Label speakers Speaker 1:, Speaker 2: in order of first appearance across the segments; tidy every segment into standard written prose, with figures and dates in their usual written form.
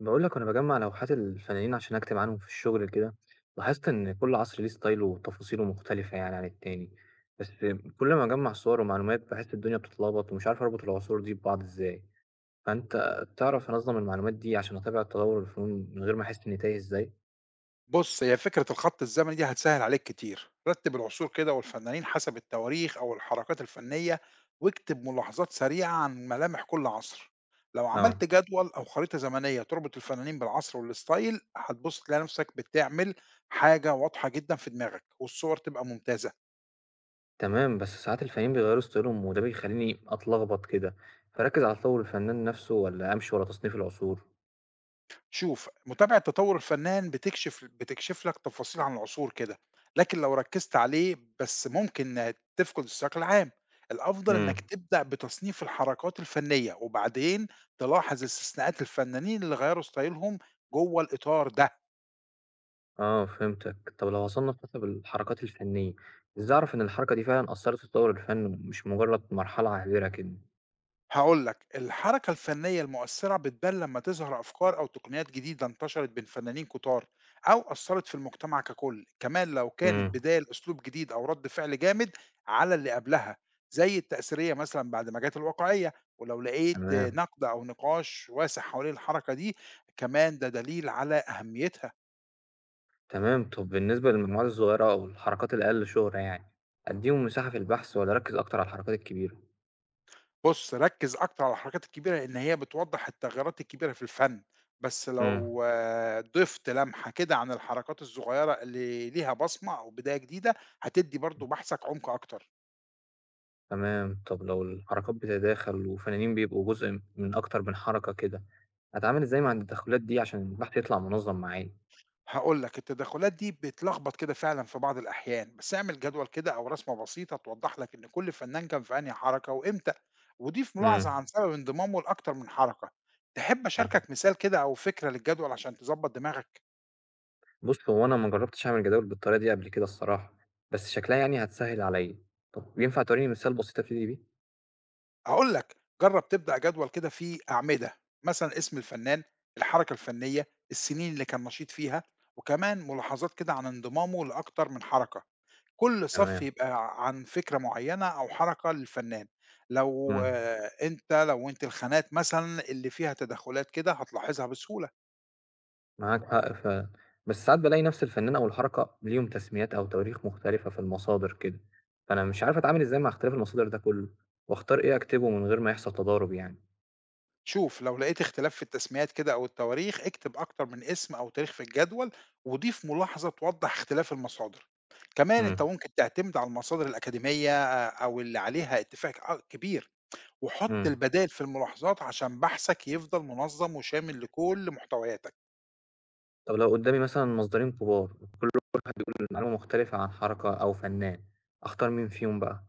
Speaker 1: بقول لك انا بجمع لوحات الفنانين عشان اكتب عنهم في الشغل كده. لاحظت ان كل عصر ليه ستايله وتفاصيله مختلفة يعني عن التاني. بس كل ما اجمع صور ومعلومات بحس الدنيا بتتلخبط ومش عارف اربط العصور دي ببعض ازاي. فانت تعرف انظم المعلومات دي عشان اتابع تطور الفنون من غير ما احس اني تايه ازاي؟
Speaker 2: بُص، هي فكرة الخط الزمني دي هتسهّل عليك كتير، رتّب العصور كده والفنانين حسب التواريخ أو الحركات الفنية، واكتب ملاحظات سريعة عن ملامح كل عصر، لو
Speaker 1: اه
Speaker 2: عملت جدول أو خريطة زمنية تربط الفنانين بالعصر والستايل، هتبُص تلاقي نفسك بتعمل حاجة واضحة جدًا في دماغك، والصور تبقى ممتازة.
Speaker 1: تمام، بس ساعات الفنانين بيغيروا ستايلهم وده بيخليني اتلخبط كده، فركز على تطور الفنان نفسه ولا امشي ورا تصنيف العصور؟
Speaker 2: شوف، متابعة تطوّر الفنّان بتكشف لك تفاصيل عن العصور كده، لكن لو ركّزت عليه بس ممكن تفقد السياق العام، الأفضل إنّك
Speaker 1: مم.
Speaker 2: تبدأ بتصنيف الحركات الفنيّة، وبعدين تلاحظ استثناءات الفنّانين اللي غيّروا ستايلهم جوّه الإطار ده.
Speaker 1: آه فهمتك، طب لو هاصنّف مثلًا بالحركات الفنية، إزاي أعرف إن الحركة دي فعلًا أثّرت في تطوّر الفن مش مجرّد مرحلة عابرة كده؟
Speaker 2: هاقول لك، الحركة الفنية المؤثرة بتبان لمّا تظهر أفكار أو تقنيات جديدة انتشرت بين فنانين كتار أو أثّرت في المجتمع ككل، كمان لو كانت
Speaker 1: إمم،
Speaker 2: بداية لأسلوب جديد أو رَد فعل جامد على اللي قبلها، زي التأثيرية مثلًا بعد ما جات الواقعية، ولو لقيت
Speaker 1: تمام،
Speaker 2: نقد أو نقاش واسع حوالين الحركة دي، كمان ده دليل على أهميتها.
Speaker 1: تمام، طب بالنسبة للمجموعات الصغيّرة أو الحركات الأقل شُهرة يعني، أدّيهم مساحة في البحث والّا أركّز أكتر على الحركات الكبيرة؟
Speaker 2: بُص، ركّز أكتر على الحركات الكبيرة، لإن هي بتوضّح التغيرات الكبيرة في الفن، بس
Speaker 1: إمم،
Speaker 2: لو ضِفت لمحة كده عن الحركات الصغيرة اللي ليها بصمة أو بداية جديدة، هتدّي برضه بحثك عُمق أكتر.
Speaker 1: تمام، طب لو الحركات بتتداخل وفنانين بيبقوا جزء من أكتر من حركة كده، أتعامل إزاي مع التدخلات دي عشان البحث يطلع منظّم معايا؟
Speaker 2: هاقول لك التدخلات دي بتلخبط كده فعلًا في بعض الأحيان، بس اعمل جدول كده أو رسمة بسيطة توضّح لك إن كل فنان كان في أنهي حركة وإمتى، وضيف ملاحظة
Speaker 1: إمم.
Speaker 2: عن سبب انضمامه لأكتر من حركة. تحب
Speaker 1: إمم.
Speaker 2: أشاركك مثال كده أو فكرة للجدول عشان تضبّط دماغك؟
Speaker 1: بُص، هو أنا ما جرّبتش أعمل جداول بالطريقة دي قبل كده الصراحة، بس شكلها يعني هتسهّل عليّا. طب ينفع تورّيني مثال بسيط أبتدي بيه؟
Speaker 2: هاقول لك، جرّب تبدأ جدول كده فيه أعمدة، مثلًا اسم الفنان، الحركة الفنية، السنين اللي كان نشيط فيها، وكمان ملاحظات كده عن انضمامه لأكتر من حركة، كل صف
Speaker 1: تمام،
Speaker 2: يبقى عن فكرة معيّنة أو حركة للفنان، لو
Speaker 1: إمم،
Speaker 2: آه، أنت الخانات مثلًا اللي فيها تدخلات كده هتلاحظها بسهولة.
Speaker 1: معاك حق فعلًا، بس ساعات بالاقي نفس الفنان أو الحركة ليهم تسميات أو تواريخ مختلفة في المصادر كده، فأنا مش عارف أتعامل إزاي مع اختلاف المصادر ده كلّه، وأختار إيه أكتبه من غير ما يحصل تضارب يعني.
Speaker 2: شوف لو لقيت اختلاف في التسميات كده أو التواريخ اكتب أكتر من اسم أو تاريخ في الجدول وضيف ملاحظة توضح اختلاف المصادر، كمان أنت
Speaker 1: إمم.
Speaker 2: ممكن تعتمد على المصادر الأكاديمية آه، أو اللي عليها اتفاق كبير، وحط
Speaker 1: إمم.
Speaker 2: البدائل في الملاحظات عشان بحثك يفضل منظم وشامل لكل محتوياتك.
Speaker 1: طب لو قدّامي مثلًا مصدرين كبار معلومة مختلفة عن حركة أو فنان، أختار مين فيهم بقى؟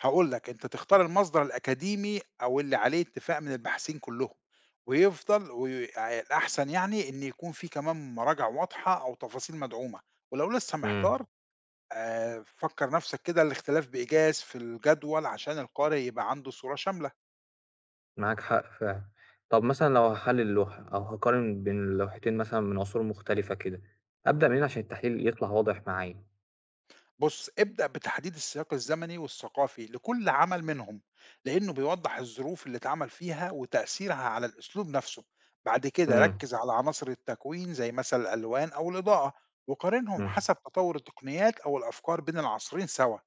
Speaker 2: هقول لك أنت تختار المصدر الأكاديمي أو اللي عليه اتفاق من الباحثين كلهم، ويفضل والأحسن يعني إن يكون في كمان مراجع واضحة أو تفاصيل مدعومة، ولو لسه
Speaker 1: إمم.
Speaker 2: محتار فكّر نَفْسك كده الاختلاف بإيجاز في الجدول عشان القارئ يبقى عنده صورة شاملة.
Speaker 1: معاك حق فعلًا. طب مثلًا لو هاحلّل لوحة أو هاقارن بين اللوحتين مثلًا من عصور مختلفة كده، أبدأ منين عشان التحليل يطلع واضح معايا؟
Speaker 2: بُص، ابدأ بتحديد السياق الزمني والثقافي لكل عمل منهم، لإنه بيوضّح الظروف اللي اتعمل فيها وتأثيرها على الأسلوب نَفْسه. بعد كده
Speaker 1: إمم.
Speaker 2: ركّز على عناصر التكوين زي مثلًا الألوان أو الإضاءة، وقارنهم
Speaker 1: إمم.
Speaker 2: حسب تطوّر التقنيات أو الأفكار بين العصرين سوا.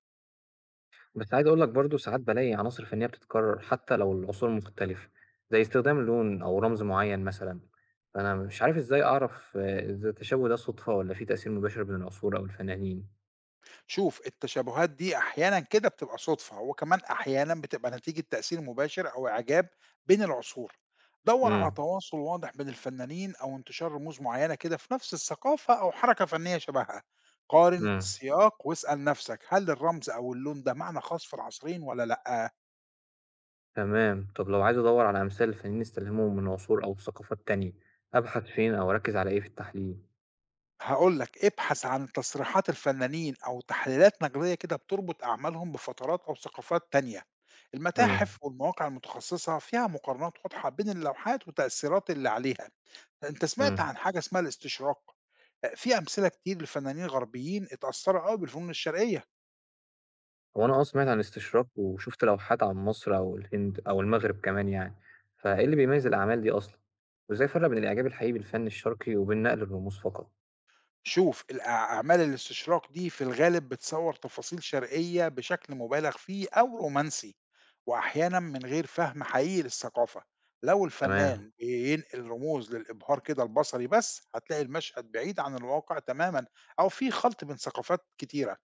Speaker 1: بس عايز أقول لك برضه ساعات بالاقي عناصر فنية بتتكرر حتى لو العصور مختلفة، زي استخدام لون أو رمز معين مثلًا، فأنا مش عارف إزاي أعرف إذا التشابه ده صدفة والّا في تأثير مباشر بين العصور أو الفنانين.
Speaker 2: شوف التشابهات دي أحيانا كده بتبقى صدفة وكمان أحيانا بتبقى نتيجة تأثير مباشر أو إعجاب بين العصور، دور على
Speaker 1: إمم،
Speaker 2: تواصل واضح بين الفنانين أو انتشار رموز معينة كده في نفس الثقافة أو حركة فنية شبهها، قارن
Speaker 1: إمم،
Speaker 2: السياق واسأل نفسك هل الرمز أو اللون ده معنى خاص في العصرين ولا لأ.
Speaker 1: تمام. طب لو عايز أدوّر على أمثال لفنانين استلهموا من عصور أو ثقافات تانية، أبحث فين أو أركّز على إيه في التحليل؟
Speaker 2: هاقول لك، ابحث عن تصريحات الفنانين أو تحليلات نقدية كده بتربط أعمالهم بفترات أو ثقافات تانية.
Speaker 1: إمم.
Speaker 2: المتاحف والمواقع المتخصصة فيها مقارنات واضحة بين اللوحات والتأثيرات اللي عليها. أنت سمعت
Speaker 1: إمم.
Speaker 2: عن حاجة اسمها الاستشراق؟ في أمثلة كتير لفنانين غربيين اتأثروا أوي بالفنون الشرقية.
Speaker 1: هو أنا آه سمعت عن الاستشراق وشُفت لوحات عن مصر أو الهند أو المغرب كمان يعني، فإيه اللي بيميّز الأعمال دي أصلًا؟ وإزاي أفرّق بين الإعجاب الحقيقي بالفن الشرقي وبين نقل الرموز فقط؟
Speaker 2: شوف أعمال الاستشراق دي في الغالب بتصوّر تفاصيل شرقية بشكل مبالغ فيه أو رومانسي، وأحيانًا من غير فهم حقيقي للثقافة، لو
Speaker 1: تمام،
Speaker 2: الفنان بينقل رموز للإبهار كده البصري بس، هتلاقي المشهد بعيد عن الواقع تمامًا أو في خلْط بين ثقافات كتيرة،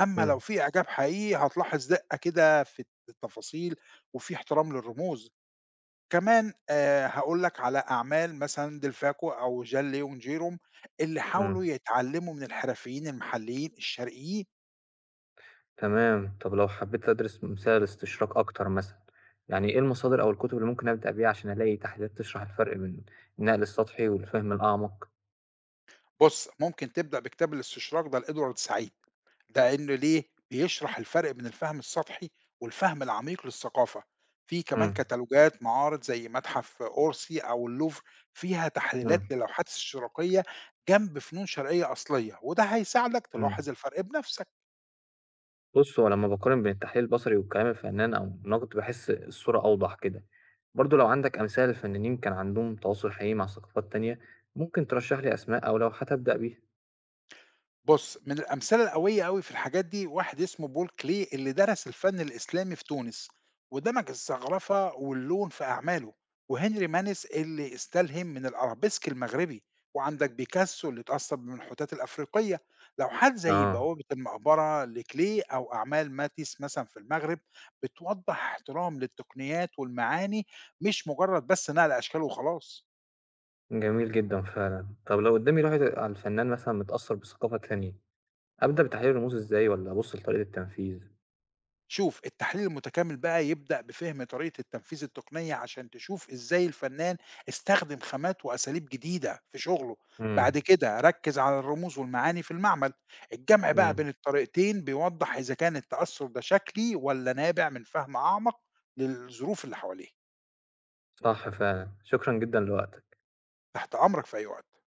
Speaker 2: أمّا لو
Speaker 1: إمم،
Speaker 2: في إعجاب حقيقي هتلاحظ دِقّة كده في التفاصيل وفي احترام للرموز. كمان هاقول لك على أعمال مثلًا ديلفاكو أو جان ليون جيروم اللي حاولوا
Speaker 1: إمم،
Speaker 2: يتعلموا من الحرفيين المحليين الشرقيين.
Speaker 1: تمام. طب لو حبّيت أدرس مثال الاستشراق أكتر مثلًا، يعني إيه المصادر أو الكتب اللي ممكن أبدأ بيها عشان ألاقي تحليلات تشرح الفرق بين النقل السطحي والفهم الأعمق؟
Speaker 2: بُص، ممكن تبدأ بكتاب الاستشراق ده لإدوارد سعيد، لإنه ليه؟ بيشرح الفرق بين الفهم السطحي والفهم العميق للثقافة. في كمان
Speaker 1: إمم،
Speaker 2: كتالوجات معارض زي متحف أورسي أو اللوفر فيها
Speaker 1: إمم،
Speaker 2: تحليلات للوحات استشراقية جنب فنون شرقية أصلية، وده هيساعدك
Speaker 1: إمم.
Speaker 2: تلاحظ الفرق بنفسك.
Speaker 1: بص هو لما بقارن بين التحليل البصري وكلام الفنان أو الناقد بحس الصورة أوضح كده، برضو لو عندك أمثال الفنانين كان عندهم تواصل حقيقي مع ثقافات تانية ممكن ترشح لي أسماء أو لوحات أبدأ بيها.
Speaker 2: بُص، من الأمثلة القوية أوي في الحاجات دي واحد اسمه بول كلي اللي درس الفن الإسلامي في تونس، ودمج الزخرفة واللون في أعماله، وهنري مانيس اللي استلهم من الأرابيسك المغربي، وعندك بيكاسو اللي اتأثر بالمنحوتات الأفريقية، لوحات زي
Speaker 1: آه
Speaker 2: بوابة المقبرة لكلي أو أعمال ماتيس مثلًا في المغرب بتوضح احترام للتقنيات والمعاني مش مجرد نقل أشكال وخلاص.
Speaker 1: جميل جدا فعلا، طب لو قدامي لوحة على الفنان مثلا متأثر بثقافة تانية أبدأ بتحليل الرموز إزاي ولا أبص لطريقة التنفيذ؟
Speaker 2: شوف التحليل المتكامل بقى يبدأ بفهم طريقة التنفيذ التقنية عشان تشوف ازاي الفنان استخدم خامات وأساليب جديدة في شغله، بعد
Speaker 1: امم.
Speaker 2: كده ركز على الرموز والمعاني في المعمل، الجمع بقى
Speaker 1: امم.
Speaker 2: بين الطريقتين بيوضح إذا كان التأثر ده شكلي ولا نابع من فهم أعمق للظروف اللي حواليه.
Speaker 1: صح فعلا، شكرا جدا لوقتك.
Speaker 2: تحت أمرك في أي وقت.